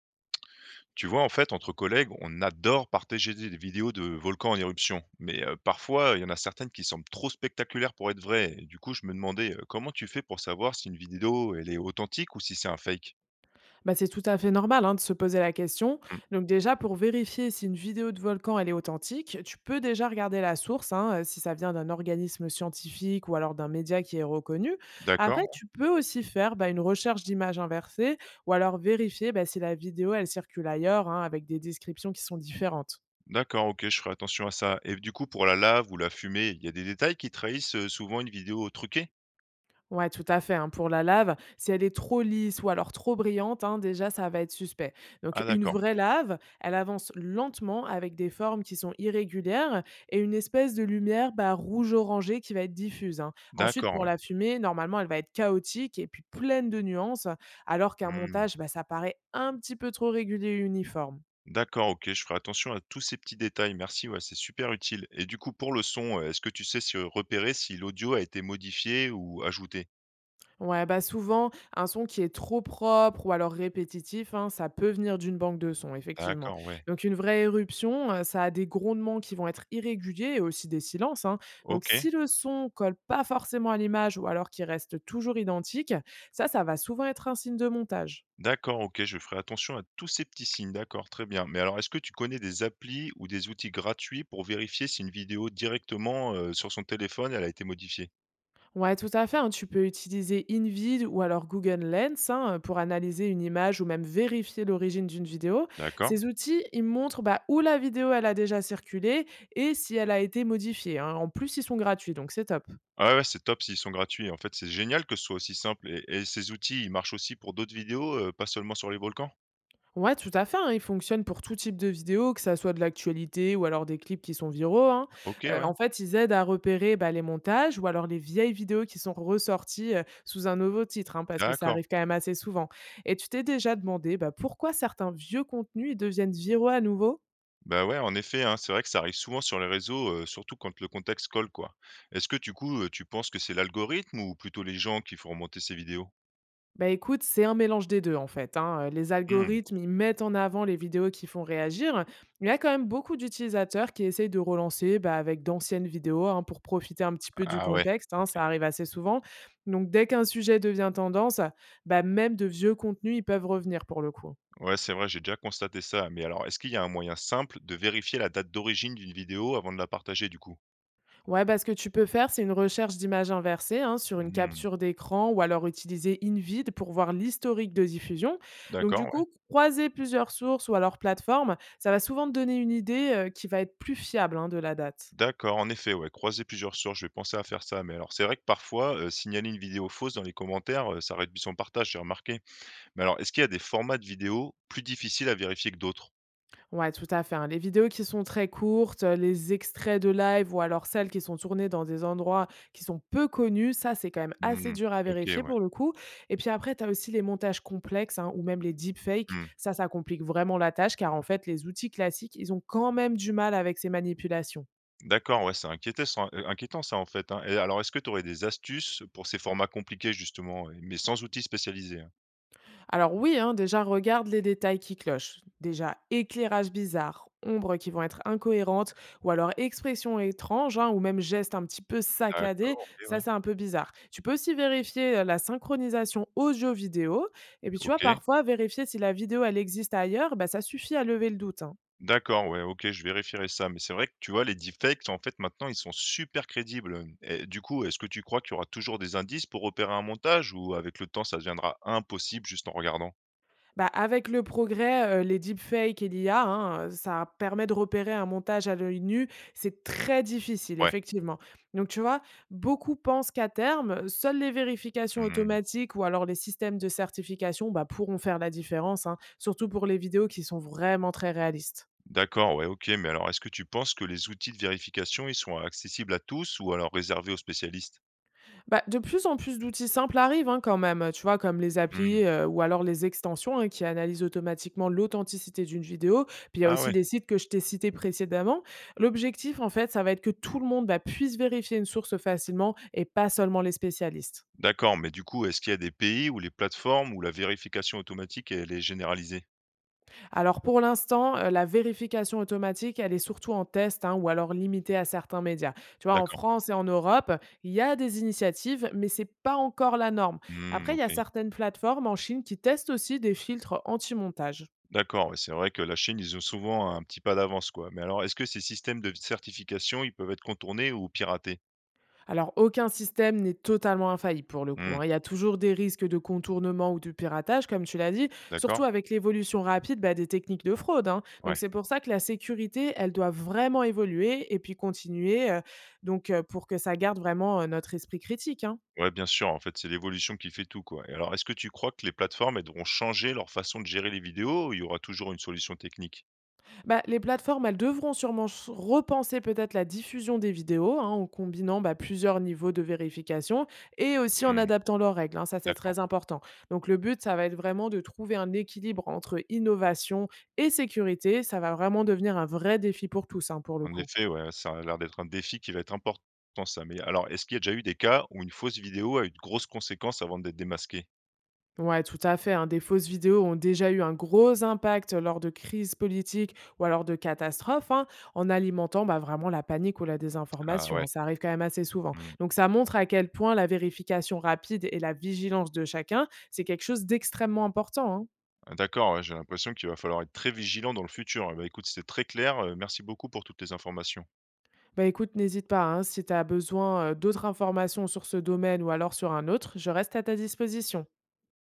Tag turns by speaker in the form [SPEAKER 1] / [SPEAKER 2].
[SPEAKER 1] Tu vois, en fait, entre collègues, on adore partager des vidéos de volcans en éruption. Mais parfois, il y en a certaines qui semblent trop spectaculaires pour être vraies. Et du coup, je me demandais, comment tu fais pour savoir si une vidéo, elle est authentique ou si c'est un fake?
[SPEAKER 2] Bah, c'est tout à fait normal hein, de se poser la question.
[SPEAKER 1] Hmm.
[SPEAKER 2] Donc déjà, pour vérifier si une vidéo de volcan elle est authentique, tu peux déjà regarder la source, hein, si ça vient d'un organisme scientifique ou alors d'un média qui est reconnu.
[SPEAKER 1] D'accord,
[SPEAKER 2] Après, tu peux aussi faire bah, une recherche d'images inversées ou alors vérifier bah, si la vidéo elle circule ailleurs hein, avec des descriptions qui sont différentes.
[SPEAKER 1] d'accord, ok, je ferai attention à ça. Et du coup, pour la lave ou la fumée, il y a des détails qui trahissent souvent une vidéo truquée?
[SPEAKER 2] Ouais, tout à fait, hein, pour la lave, si elle est trop lisse ou alors trop brillante, hein, déjà, ça va être suspect.
[SPEAKER 1] Ah,
[SPEAKER 2] Donc, une
[SPEAKER 1] d'accord,
[SPEAKER 2] vraie lave, elle avance lentement avec des formes qui sont irrégulières et une espèce de lumière bah, rouge-orangée qui va être diffuse, hein. Ensuite,
[SPEAKER 1] d'accord,
[SPEAKER 2] pour
[SPEAKER 1] ouais.
[SPEAKER 2] la fumée, normalement, elle va être chaotique et puis pleine de nuances, alors qu'un
[SPEAKER 1] Mmh.
[SPEAKER 2] montage, bah, ça paraît un petit peu trop régulier et uniforme.
[SPEAKER 1] D'accord, OK, je ferai attention à tous ces petits détails. Merci, ouais, c'est super utile. Et du coup, pour le son, est-ce que tu sais si repérer si l'audio a été modifié ou ajouté?
[SPEAKER 2] Ouais, bah souvent, un son qui est trop propre ou alors répétitif, hein, ça peut venir d'une banque de sons, effectivement.
[SPEAKER 1] D'accord, ouais.
[SPEAKER 2] Donc une vraie éruption, ça a des grondements qui vont être irréguliers et aussi des silences, hein. Donc
[SPEAKER 1] OK.
[SPEAKER 2] si le son colle pas forcément à l'image ou alors qu'il reste toujours identique, ça va souvent être un signe de montage.
[SPEAKER 1] D'accord, OK, je ferai attention à tous ces petits signes. D'accord, très bien. Mais alors, est-ce que tu connais des applis ou des outils gratuits pour vérifier si une vidéo directement, sur son téléphone, elle a été modifiée?
[SPEAKER 2] Ouais, tout à fait, hein. Tu peux utiliser InVid ou alors Google Lens hein, pour analyser une image ou même vérifier l'origine d'une vidéo.
[SPEAKER 1] D'accord.
[SPEAKER 2] Ces outils, ils montrent bah, où la vidéo elle a déjà circulé et si elle a été modifiée, hein. En plus, ils sont gratuits, donc c'est top.
[SPEAKER 1] Ah ouais, c'est top s'ils sont gratuits. En fait, c'est génial que ce soit aussi simple et ces outils, ils marchent aussi pour d'autres vidéos, pas seulement sur les volcans?
[SPEAKER 2] Ouais, tout à fait, hein, il fonctionne pour tout type de vidéo, que ça soit de l'actualité ou alors des clips qui sont viraux, hein.
[SPEAKER 1] OK, ouais.
[SPEAKER 2] En fait, ils aident à repérer, bah, les montages ou alors les vieilles vidéos qui sont ressorties, sous un nouveau titre, hein, parce que ça
[SPEAKER 1] D'accord.
[SPEAKER 2] arrive quand même assez souvent et tu t'es déjà demandé, bah, pourquoi certains vieux contenus, ils deviennent viraux à nouveau?
[SPEAKER 1] Bah, ouais, en effet, hein, c'est vrai que ça arrive souvent sur les réseaux, surtout quand le contexte colle, quoi. Est-ce que du coup, tu penses que c'est l'algorithme ou plutôt les gens qui font remonter ces vidéos?
[SPEAKER 2] Bah, écoute, c'est un mélange des 2 en fait, hein, les
[SPEAKER 1] Mmh.
[SPEAKER 2] algorithmes, ils mettent en avant les vidéos qui font réagir. Il y a quand même beaucoup d'utilisateurs qui essayent de relancer, bah, avec d'anciennes vidéos, hein, pour profiter un petit peu du
[SPEAKER 1] Ah ouais,
[SPEAKER 2] contexte,
[SPEAKER 1] OK.
[SPEAKER 2] hein, ça arrive assez souvent. Donc dès qu'un sujet devient tendance, bah, même de vieux contenus, ils peuvent revenir pour le coup.
[SPEAKER 1] Ouais, c'est vrai, j'ai déjà constaté ça. Mais alors, est-ce qu'il y a un moyen simple de vérifier la date d'origine d'une vidéo avant de la partager, du coup?
[SPEAKER 2] Ouais, bah, ce que tu peux faire, c'est une recherche d'images inversées hein, sur une
[SPEAKER 1] Mmh.
[SPEAKER 2] capture d'écran ou alors utiliser InVid pour voir l'historique de diffusion. Donc,
[SPEAKER 1] D'accord,
[SPEAKER 2] du
[SPEAKER 1] ouais.
[SPEAKER 2] coup, croiser plusieurs sources ou alors plateformes, ça va souvent te donner une idée qui va être plus fiable hein, de la date.
[SPEAKER 1] D'accord, en effet, ouais, croiser plusieurs sources, je vais penser à faire ça. Mais alors, c'est vrai que parfois, signaler une vidéo fausse dans les commentaires, ça réduit son partage, j'ai remarqué. Mais alors, est-ce qu'il y a des formats de vidéos plus difficiles à vérifier que d'autres?
[SPEAKER 2] Ouais, tout à fait, hein. Les vidéos qui sont très courtes, les extraits de live ou alors celles qui sont tournées dans des endroits qui sont peu connus, ça, c'est quand même assez
[SPEAKER 1] Mmh.
[SPEAKER 2] dur à
[SPEAKER 1] OK,
[SPEAKER 2] vérifier
[SPEAKER 1] ouais.
[SPEAKER 2] pour le coup et puis après, tu as aussi les montages complexes, hein, ou même les deepfakes.
[SPEAKER 1] Mmh.
[SPEAKER 2] Ça complique vraiment la tâche car en fait, les outils classiques, ils ont quand même du mal avec ces manipulations.
[SPEAKER 1] D'accord, ouais, inquiétant ça, en fait, hein, et alors est-ce que tu aurais des astuces pour ces formats compliqués justement, ouais, mais sans outils spécialisés, hein?
[SPEAKER 2] Alors oui, hein, déjà regarde les détails qui clochent. Déjà éclairage bizarre, ombres qui vont être incohérentes, ou alors expression étrange, hein, ou même geste un petit peu saccadé,
[SPEAKER 1] D'accord, OK,
[SPEAKER 2] ça
[SPEAKER 1] ouais.
[SPEAKER 2] c'est un peu bizarre. Tu peux aussi vérifier la synchronisation audio-vidéo, et puis tu vois,
[SPEAKER 1] OK.
[SPEAKER 2] parfois vérifier si la vidéo elle existe ailleurs, bah, ça suffit à lever le doute, hein.
[SPEAKER 1] D'accord, ouais, OK, je vérifierai ça, mais c'est vrai que tu vois, les deepfakes, en fait, maintenant, ils sont super crédibles, et du coup, est-ce que tu crois qu'il y aura toujours des indices pour repérer un montage ou avec le temps, ça deviendra impossible juste en regardant?
[SPEAKER 2] Bah, avec le progrès, les deepfakes et l'IA, hein, ça permet de repérer un montage à l'œil nu. C'est très difficile,
[SPEAKER 1] Ouais.
[SPEAKER 2] effectivement. Donc tu vois, beaucoup pensent qu'à terme, seules les vérifications
[SPEAKER 1] Mmh.
[SPEAKER 2] automatiques ou alors les systèmes de certification, bah, pourront faire la différence, hein, surtout pour les vidéos qui sont vraiment très réalistes.
[SPEAKER 1] D'accord, ouais, OK, mais alors est-ce que tu penses que les outils de vérification, ils sont accessibles à tous ou alors réservés aux spécialistes?
[SPEAKER 2] Bah, de plus en plus d'outils simples arrivent hein, quand même, tu vois, comme les
[SPEAKER 1] Mmh.
[SPEAKER 2] applis ou alors les extensions hein, qui analysent automatiquement l'authenticité d'une vidéo. Puis il y a
[SPEAKER 1] Ah
[SPEAKER 2] aussi
[SPEAKER 1] ouais,
[SPEAKER 2] les sites que je t'ai cités précédemment. L'objectif, en fait, ça va être que tout le monde bah, puisse vérifier une source facilement et pas seulement les spécialistes.
[SPEAKER 1] d'accord, mais du coup, est-ce qu'il y a des pays où les plateformes où la vérification automatique, elle est généralisée?
[SPEAKER 2] Alors pour l'instant, la vérification automatique, elle est surtout en test, hein, ou alors limitée à certains médias. Tu vois, en
[SPEAKER 1] D'accord.
[SPEAKER 2] France et en Europe, il y a des initiatives, mais c'est pas encore la norme.
[SPEAKER 1] Mmh,
[SPEAKER 2] Après, il y
[SPEAKER 1] OK.
[SPEAKER 2] a certaines plateformes en Chine qui testent aussi des filtres anti-montage.
[SPEAKER 1] D'accord, ouais, c'est vrai que la Chine, ils ont souvent un petit pas d'avance, quoi. Mais alors, est-ce que ces systèmes de certification, ils peuvent être contournés ou piratés?
[SPEAKER 2] Alors, aucun système n'est totalement infaillible pour le coup,
[SPEAKER 1] Mmh,
[SPEAKER 2] hein. Il y a toujours des risques de contournement ou de piratage, comme tu l'as dit, surtout
[SPEAKER 1] d'accord.
[SPEAKER 2] avec l'évolution rapide bah, des techniques de fraude, hein. Donc,
[SPEAKER 1] Ouais.
[SPEAKER 2] c'est pour ça que la sécurité, elle doit vraiment évoluer et puis continuer, pour que ça garde vraiment notre esprit critique, hein.
[SPEAKER 1] Ouais, bien sûr, en fait, c'est l'évolution qui fait tout, quoi. Et alors, est-ce que tu crois que les plateformes, elles devront changer leur façon de gérer les vidéos ou il y aura toujours une solution technique?
[SPEAKER 2] Bah, les plateformes, elles devront sûrement repenser peut-être la diffusion des vidéos hein, en combinant bah, plusieurs niveaux de vérification et aussi en
[SPEAKER 1] Mmh,
[SPEAKER 2] adaptant leurs règles, hein, ça, c'est
[SPEAKER 1] d'accord.
[SPEAKER 2] très important. Donc, le but, ça va être vraiment de trouver un équilibre entre innovation et sécurité. Ça va vraiment devenir un vrai défi pour tous, hein, pour le
[SPEAKER 1] En
[SPEAKER 2] coup.
[SPEAKER 1] effet, ouais, ça a l'air d'être un défi qui va être important, ça. Mais alors, est-ce qu'il y a déjà eu des cas où une fausse vidéo a eu de grosses conséquences avant d'être démasquée?
[SPEAKER 2] Ouais, tout à fait, hein. Des fausses vidéos ont déjà eu un gros impact lors de crises politiques ou alors de catastrophes, hein, en alimentant bah, vraiment la panique ou la
[SPEAKER 1] Ah
[SPEAKER 2] désinformation,
[SPEAKER 1] ouais,
[SPEAKER 2] hein. Ça arrive quand même assez souvent.
[SPEAKER 1] mmh.
[SPEAKER 2] Donc ça montre à quel point la vérification rapide et la vigilance de chacun, c'est quelque chose d'extrêmement important, hein.
[SPEAKER 1] Ah d'accord, ouais, j'ai l'impression qu'il va falloir être très vigilant dans le futur. Eh ben, écoute, c'était très clair, merci beaucoup pour toutes les informations.
[SPEAKER 2] Bah écoute, n'hésite pas, hein, si tu as besoin d'autres informations sur ce domaine ou alors sur un autre, je reste à ta disposition.